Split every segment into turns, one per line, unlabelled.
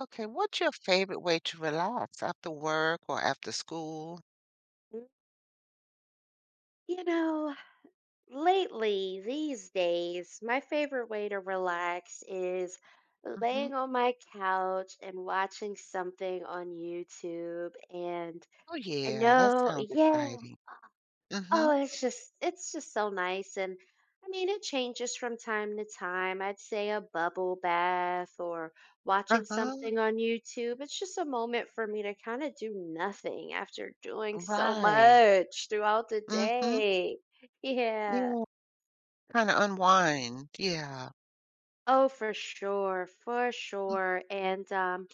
Okay, what's your favorite way to relax after work or after school?
Mm, You know, lately, these days, my favorite way to relax is
Mhm.
laying on my couch and watching something on YouTube. And
Oh,
I
yeah, that
know,
sounds
yeah.
exciting. Mhm.
Oh, it's just so nice. And I mean, it changes from time to time. I'd say a bubble bath or watching
Uh-huh.
something on YouTube. It's just a moment for me to kind of do nothing after doing so
Right.
much throughout the
Mhm.
day. Yeah.
Yeah, kinda unwind. Yeah.
Oh, for sure, for sure. And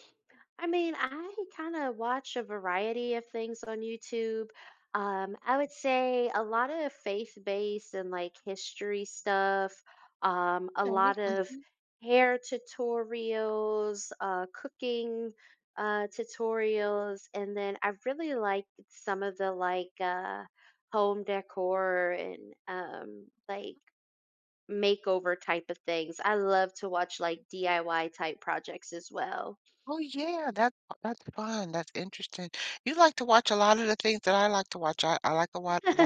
I mean, I kind of watch a variety of things on YouTube. I would say a lot of faith-based and like history stuff, a
Okay.
lot of
Mhm.
hair tutorials, cooking tutorials, and then I really like some of the like home decor and like makeover type of things. I love to watch like DIY type projects as well.
Oh, yeah, that's fun, that's interesting. You like to watch a lot of the things that I like to watch.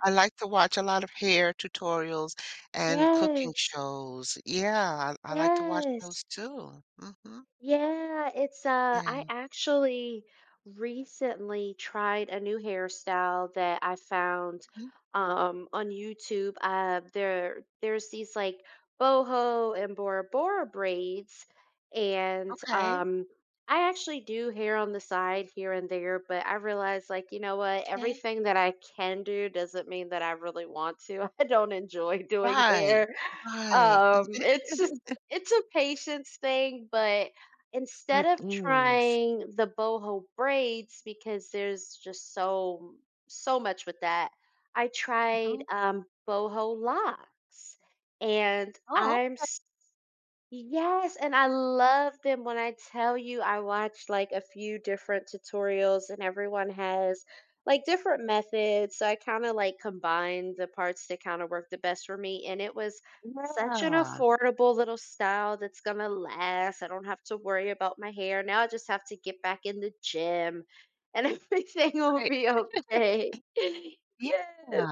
I like to watch a lot of hair tutorials and cooking
Yes,
shows. Yeah, I like to watch
yes.
those too. Mhm.
Yeah, it's
Yeah.
I actually recently tried a new hairstyle that I found on YouTube. There's these like boho and Bora Bora braids. And
Okay.
I actually do hair on the side here and there, but I realize, like, you know what,
Okay.
everything that I can do doesn't mean that I really want to. I don't enjoy doing
Right.
hair.
Right.
It's just it's a patience thing. But instead
It
of
is.
trying the boho braids because there's just so much with that, I tried
Hmm.
boho locks, and
Oh,
I'm— yes, and I love them. When I tell you, I watched like a few different tutorials, and everyone has like different methods. So I kind of like combined the parts that kind of work the best for me. And it was such an
yeah,
affordable little style that's gonna last. I don't have to worry about my hair. Now I just have to get back in the gym and everything will
right.
be okay.
Yeah.
Yes.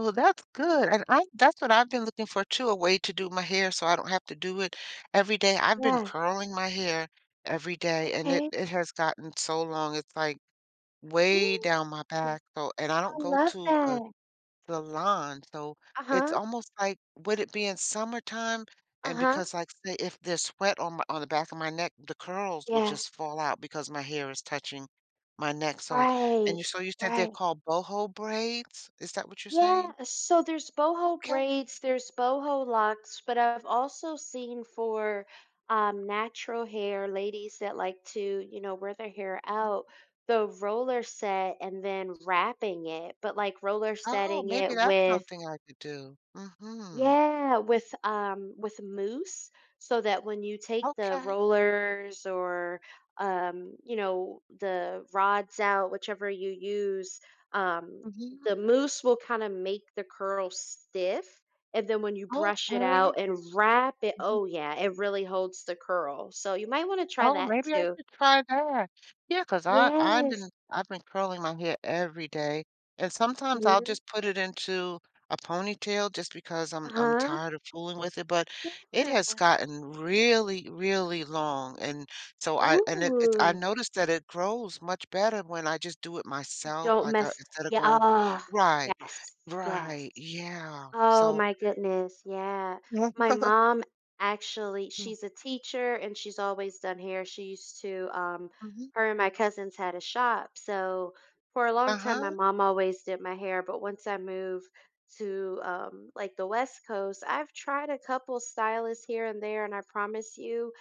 Well, that's good. And I that's what I've been looking for too, a way to do my hair so I don't have to do it every day. I've been
Yeah.
curling my hair every day, and it
Okay.
it has gotten so long. It's like way
Ooh,
down my back. So, and I
I
don't go
love
to a
that.
the lawn. So it's
Uh-huh.
almost like would it be in summertime, and
Uh-huh.
because like say if there's sweat on the back of my neck, the curls will
Yeah.
just fall out because my hair is touching my neck. So,
Right,
and you so you said they're
right.
called boho braids? Is that what you're
Yeah,
saying?
so there's boho
Okay.
braids, there's boho locks, but I've also seen for natural hair, ladies that like to, you know, wear their hair
Mhm.
out, the roller set and then wrapping it, but like roller
Oh,
setting
maybe
it
that's
with—
something I could do. Mm-hmm.
yeah, with mousse so that when you take the
Okay.
rollers or you know the rods out, whichever you use, um
Mm-hmm.
the mousse will kind of make the curl stiff, and then when you brush it out
Okay.
and wrap it,
Mm-hmm.
oh yeah, it really holds the curl. So you might want to try
Oh,
that
maybe I
too.
should try that. Yeah, 'cause I I've
Yes.
been I've been curling my hair every day, and sometimes I'll
Mm-hmm.
just put it into a ponytail just because I'm
Uh-huh.
tired of fooling with it, but it
Yeah.
has gotten really, really long, and I
Ooh,
noticed that it grows much better when I just do it
you
myself,
don't
like, I
mess.
instead of
Yeah.
going.
Oh,
Right.
yes. Yes.
Right, yeah.
Oh
So.
my goodness, yeah. My mom actually,
Hmm.
she's a teacher and she's always done hair. She used to,
Mhm.
her and my cousins had a shop. So for a long time, my
Uh-huh.
mom always did my hair. But once I moved to like the West Coast, I've tried a couple stylists here and there, and I promise you,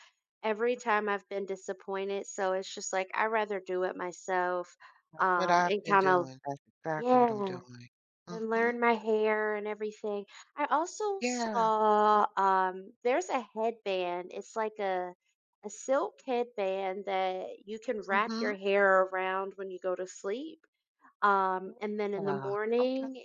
every time I've been disappointed. So it's just like I rather do it myself,
That's what I've
and
been
kind of,
doing. That's exactly what I'm
yeah,
doing.
and
Mhm.
learn my hair and everything. I also
Yeah.
saw there's a headband. It's like a silk headband that you can wrap your
Mhm.
hair around when you go to sleep. And then in the
Yeah. Okay.
morning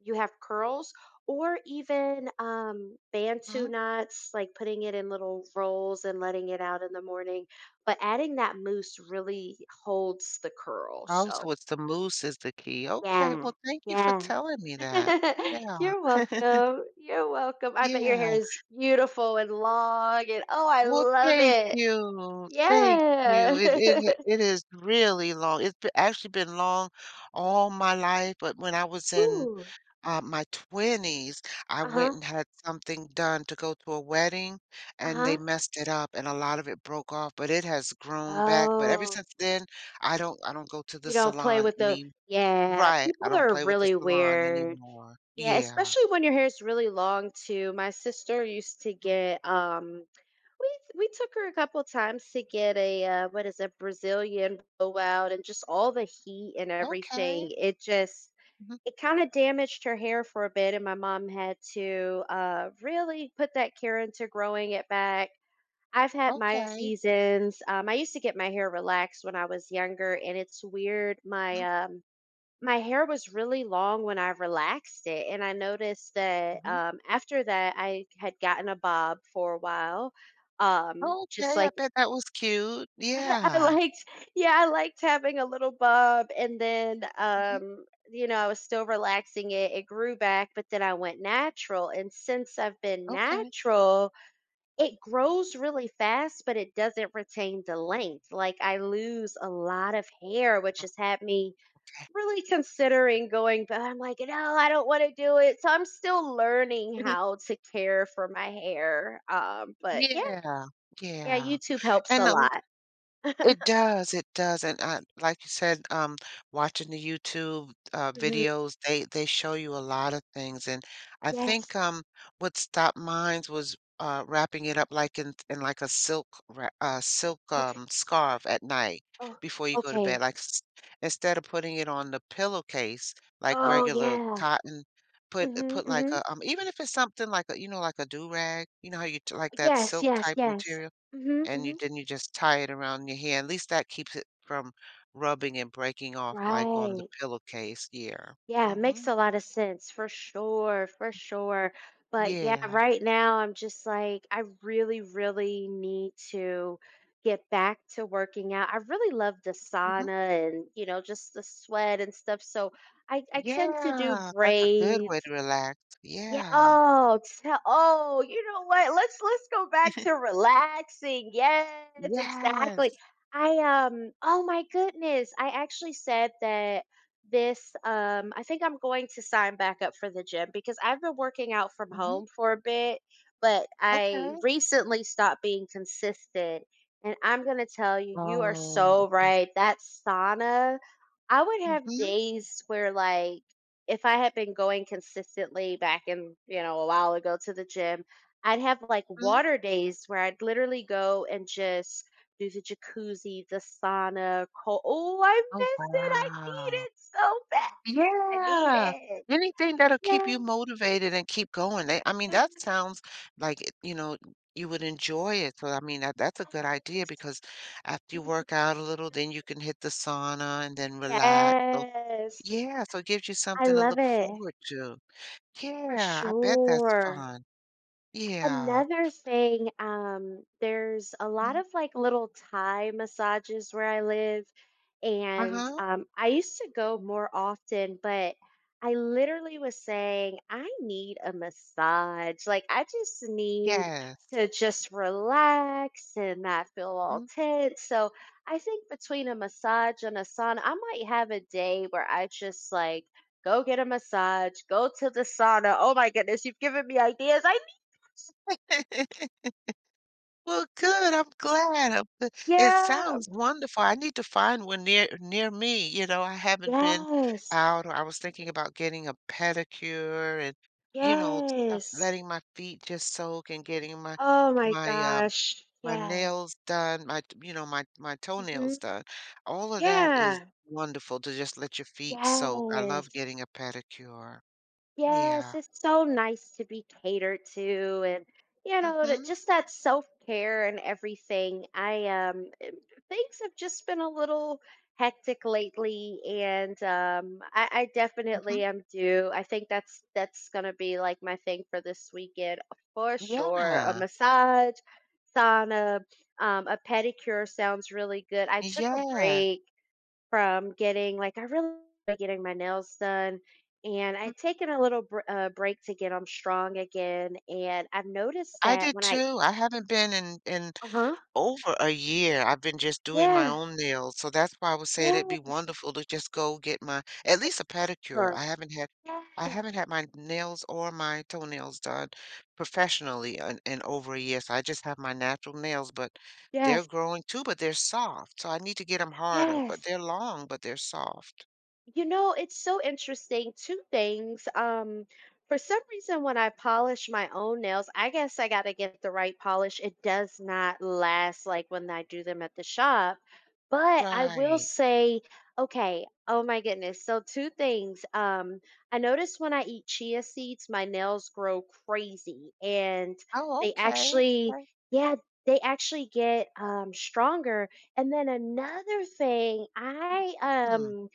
you have curls, or even bantu
Mhm.
knots, like putting it in little rolls and letting it out in the morning. But adding that mousse really holds the curl.
Oh,
So,
so it's the moose is the key. Okay.
yeah.
Well, thank you for
Yeah.
telling me that. Yeah.
You're welcome. You're welcome. I bet your
Yeah.
hair is beautiful and long, and oh, I
Well,
love
thank
it.
you. Thank you.
Yeah.
It is really long. It's actually been long all my life, but when I was in
Ooh.
My 20s, I went
Uh-huh.
and had something done to go to a wedding, and they
Uh-huh.
messed it up, and a lot of it broke off, but it has grown back. But ever
Oh,
since then, I don't go to the
you don't play
salon
with the—
any
yeah,
Right, I
people
don't
are
play with the
really
salon
weird.
anymore.
Yeah,
Yeah.
especially when your hair is really long too. My sister used to
Mm.
get we we took her a couple times to get a what is it, Brazilian blowout, and just all the heat and
Okay.
everything. It just—
Mhm.
it kind of damaged her hair for a bit, and my mom had to really put that care into growing it back. I've had my
Okay.
seasons. I used to get my hair relaxed when I was younger, and it's weird. My
Mm,
my hair was really long when I relaxed it, and I noticed that
mhm.
after that, I had gotten a bob for a while, just
Okay, I
like—
bet that was cute.
I
Yeah.
liked— yeah, I liked having a little bob. And then
Mhm.
you know, I was still relaxing it. It grew back, but then I went natural. And since I've been
Okay.
natural, it grows really fast, but it doesn't retain the length. Like, I lose a lot of hair, which has had me
Okay.
really considering going, but I'm like, no, I don't want to do it. So I'm still learning how to care for my hair. But yeah,
Yeah,
yeah,
yeah.
YouTube helps a
And a
lot.
It does, and, like you said, watching the YouTube,
Mhm.
videos, they show you a lot of things, and I
Yes.
think, what stopped mines was, wrapping it up like in like a silk,
Okay.
scarf at night
Oh,
before you go to bed,
okay.
like, s instead of putting it on the pillowcase, like
Oh,
regular
yeah.
cotton, put
Mhm,
put like
mhm.
a, even if it's something like a, like a do-rag, you know how you like that
Yes,
silk
yes,
type
yes.
material?
Mhm,
And you
mhm.
then you just tie it around your hand. At least that keeps it from rubbing and breaking off like on the
Right.
pillowcase. Yeah.
Yeah, makes
Mhm.
a lot of sense, for sure, for sure. But yeah,
Yeah.
right now I'm just like, I really, really need to get back to working out. I really love the
Mhm.
sauna and, you know, just the sweat and stuff. So I tend to do
Yeah. That's a good way to
braids.
relax.
Yeah.
Yeah.
Oh, tell, oh, you know what? Let's go back to relaxing. Yes, exactly.
Yes.
I, oh my goodness. I actually said that this, I think I'm going to sign back up for the gym because I've been working out from
Mhm.
home for a bit, but I
Okay.
recently stopped being consistent. And I'm going to tell you, you are
Oh,
so
okay.
right. That sauna— I would have
Mhm.
days where, like, if I had been going consistently back in, you know, a while ago to the gym, I'd have like
Mhm.
water days where I'd literally go and just do the jacuzzi, the sauna. Cold. Oh, I
Oh,
miss it. I need
wow.
it so bad. I need
Yeah.
it.
Anything that'll keep
Yes.
you motivated and keep going. They I mean, that sounds like, you would enjoy it. So, I mean, that's a good idea
Yes.
because after you work out a little, then you can hit the sauna and then relax. So,
Yes.
yeah, so it gives you
I
something to
love
look
it,
forward to.
for
Yeah, I bet that's
sure.
fun. Yeah.
Another thing, there's a lot
Mm.
of like little Thai massages where I live, and
Uh-huh.
I used to go more often, but I literally was saying, I need a massage. Like, I just need
Yes.
to just relax and not feel all
Mhm.
tense. So, I think between a massage and a sauna, I might have a day where I just like go get a massage, go to the sauna. Oh my goodness, you've given me ideas. I—
Well, good, I'm glad, I'm gl it
yeah.
sounds wonderful, I need to find one near me, I haven't been
Yes.
out, or I was thinking about getting a pedicure and, you know, stuff
Yes.
letting my feet just soak and getting
Oh my
my, um,
gosh.
my
Yes.
nails done, my t you know, my toenails
Mhm.
done. All of that is
Yeah.
wonderful to just let your feet soak, I love
Yes.
getting a pedicure.
Yes,
Yeah.
it's so nice to be catered to and, you know, to
Mhm,
just that self-care and everything. Things have just been a little hectic lately, and I
mhm.
definitely am due. I think that's— that's gonna be like my thing for this weekend for sure. A
Yeah.
massage, sauna, a pedicure sounds really good. I took a
Yeah.
break from getting— like, I really like getting my nails done, and I'd taken a little break to get them strong again, and I've noticed
I
that
did
when I—
too. I haven't been in
uh huh,
over a year. I've been just doing my
yeah,
own nails, so that's why I was saying
yeah,
it'd be wonderful to just go get my at
for
least a pedicure.
sure,
I
yes,
haven't had my nails or my toenails done professionally in over a year. So I just have my natural nails, but they're
yes,
growing too, but they're soft. So I need to get them harder, but
yes.
they're long, but they're soft.
You know, it's so interesting. Two things. For some reason, when I polish my own nails, I guess I got to get the right polish. It does not last like when I do them at the shop. But I will
Right.
say, okay, oh my goodness. So, two things. I notice when I eat chia seeds, my nails grow crazy and
Oh,
they
okay.
actually—
Okay.
yeah, they actually get stronger. And then another thing, I,
Hmm.
um,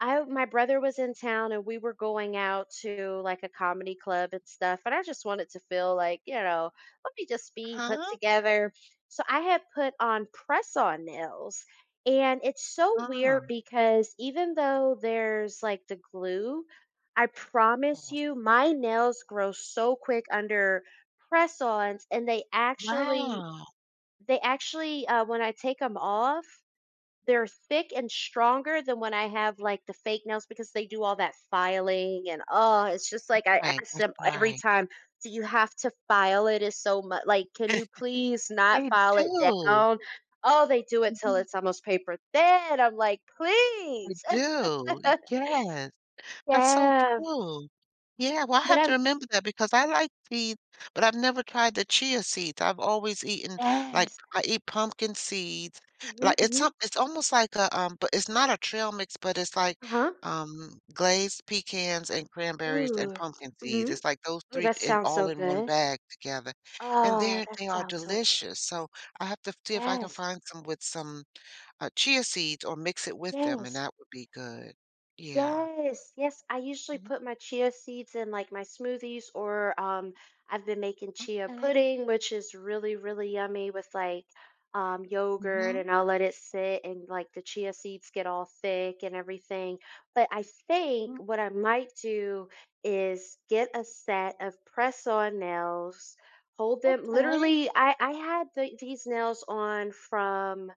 I my brother was in town and we were going out to like a comedy club and stuff, and I just wanted to feel like, you know, let me just be put
Huh?
together. So I had put on press-on nails, and it's so
Ah.
weird because even though there's like the glue, I promise you my nails grow so quick under press-ons, and they actually
Wow.
they actually uh, when I take them off, they're thick and stronger than when I have, like, the fake nails, because they do all that filing. And, oh, it's just like I
Right.
ask
That's
them every
right.
time, "Do you have to file? It's so much, like, can you please not
They
file it
do.
down?" Oh, they do it till
Mhm,
it's almost paper thin. I'm like,
they
"Please."
do. Yes. That's so
Yeah,
true. Yeah, well, I
but
have to
I'm—
remember that because I like seeds, but I've never tried the chia seeds. I've always eaten, like,
yes.
I eat pumpkin seeds.
Mhm,
Like,
mhm.
it's almost like a, but it's not a trail mix, but it's like,
Uh-huh.
glazed pecans and cranberries and
Ooh.
pumpkin seeds.
Mhm.
It's like those
Ooh,
3
that
in
sounds so
all in one
good.
bag together, and
Oh,
they're
that
they are
sounds so good.
delicious, so I have to see if I can
Yes,
find some with some chia seeds or mix it with them, and
yes.
that would be good. Yeah.
Yes, yes. I usually
Mhm,
put my chia seeds in like my smoothies, or I've been making chia
okay.
pudding, which is really, really yummy with like yogurt,
Mhm,
and I'll let it sit and like the chia seeds get all thick and everything. But I think
mm,
what I might do is get a set of press-on nails, hold them
okay.
literally. I had the— these nails on from—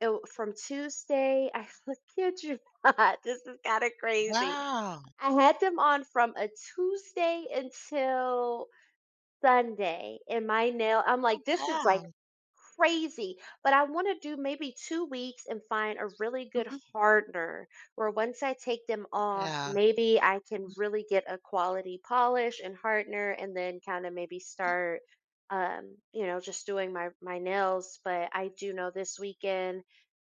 oh, from Tuesday, I kid you not, this is kinda crazy.
Wow,
I had them on from a Tuesday until Sunday, and my nail, I'm like, "This is,
wow.
like, crazy," but I wanna do maybe 2 weeks and find a really good
Mhm,
hardener where, once I take them off,
yeah.
maybe I can really get a quality polish and hardener, and then kinda maybe start, you know, just doing my nails. But I do know this weekend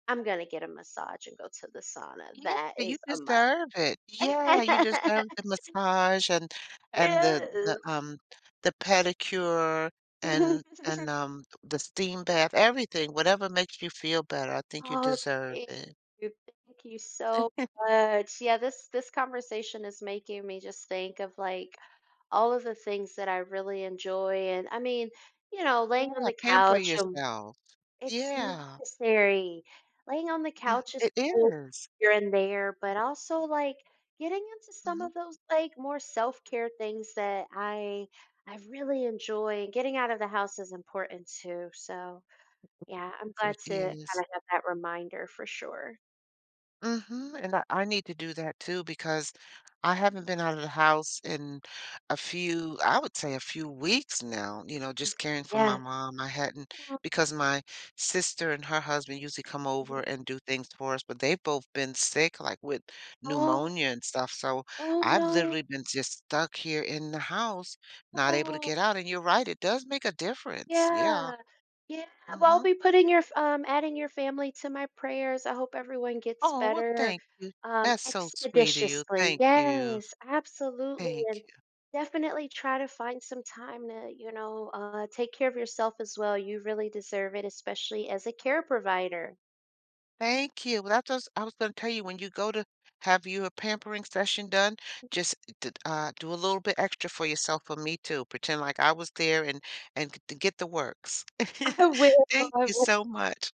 I'm gonna get a massage and go to the sauna.
Yeah,
That
you
is a must.
deserve it. Yeah, you deserve the massage and and the the,
Yes.
um, the pedicure and and, um, the steam bath, everything, whatever makes you feel better, I think you
Oh,
deserve
thank
it.
you. Thank you so much. Yeah, this conversation is making me just think of like all of the things that I really enjoy. And I mean, you know, laying on
Yeah,
the
pamper
couch and—
yourself.
it's
Yeah.
necessary. Laying on the
Mhm,
couch is
it
cool
is.
here and there, but also like getting into some
Mhm.
of those like more self-care things that I really enjoy, and getting out of the house is important too. So yeah, I'm glad
It
to kind of
is.
have that reminder, for sure.
Mhm, and I need to do that too because I haven't been out of the house in a few I would say a few weeks now, just caring for my
Yeah.
mom. I hadn't
Oh,
because my sister and her husband usually come over and do things for us, but they've both been sick, like, with
oh,
pneumonia and stuff, so
oh
I've literally
no.
been just stuck here in the house, not able to
Oh.
get out, and you're right, it does make a difference. Yeah.
Yeah. Yeah, well, I'll
Mhm.
be putting your f adding your family to my prayers. I hope everyone gets
Oh, well,
better,
thank you. That's so sweet of you.
expeditiously.
Thank you.
Yes, absolutely,
Thank
and
you.
definitely try to find some time to, you know, take care of yourself as well. You really deserve it, especially as a care provider.
Thank you. Well, that's what I was gonna tell you, when you go to have your pampering session done, just d do a little bit extra for yourself for me too. Pretend like I was there and g get the works.
I will,
Thank
I
you
will.
so much.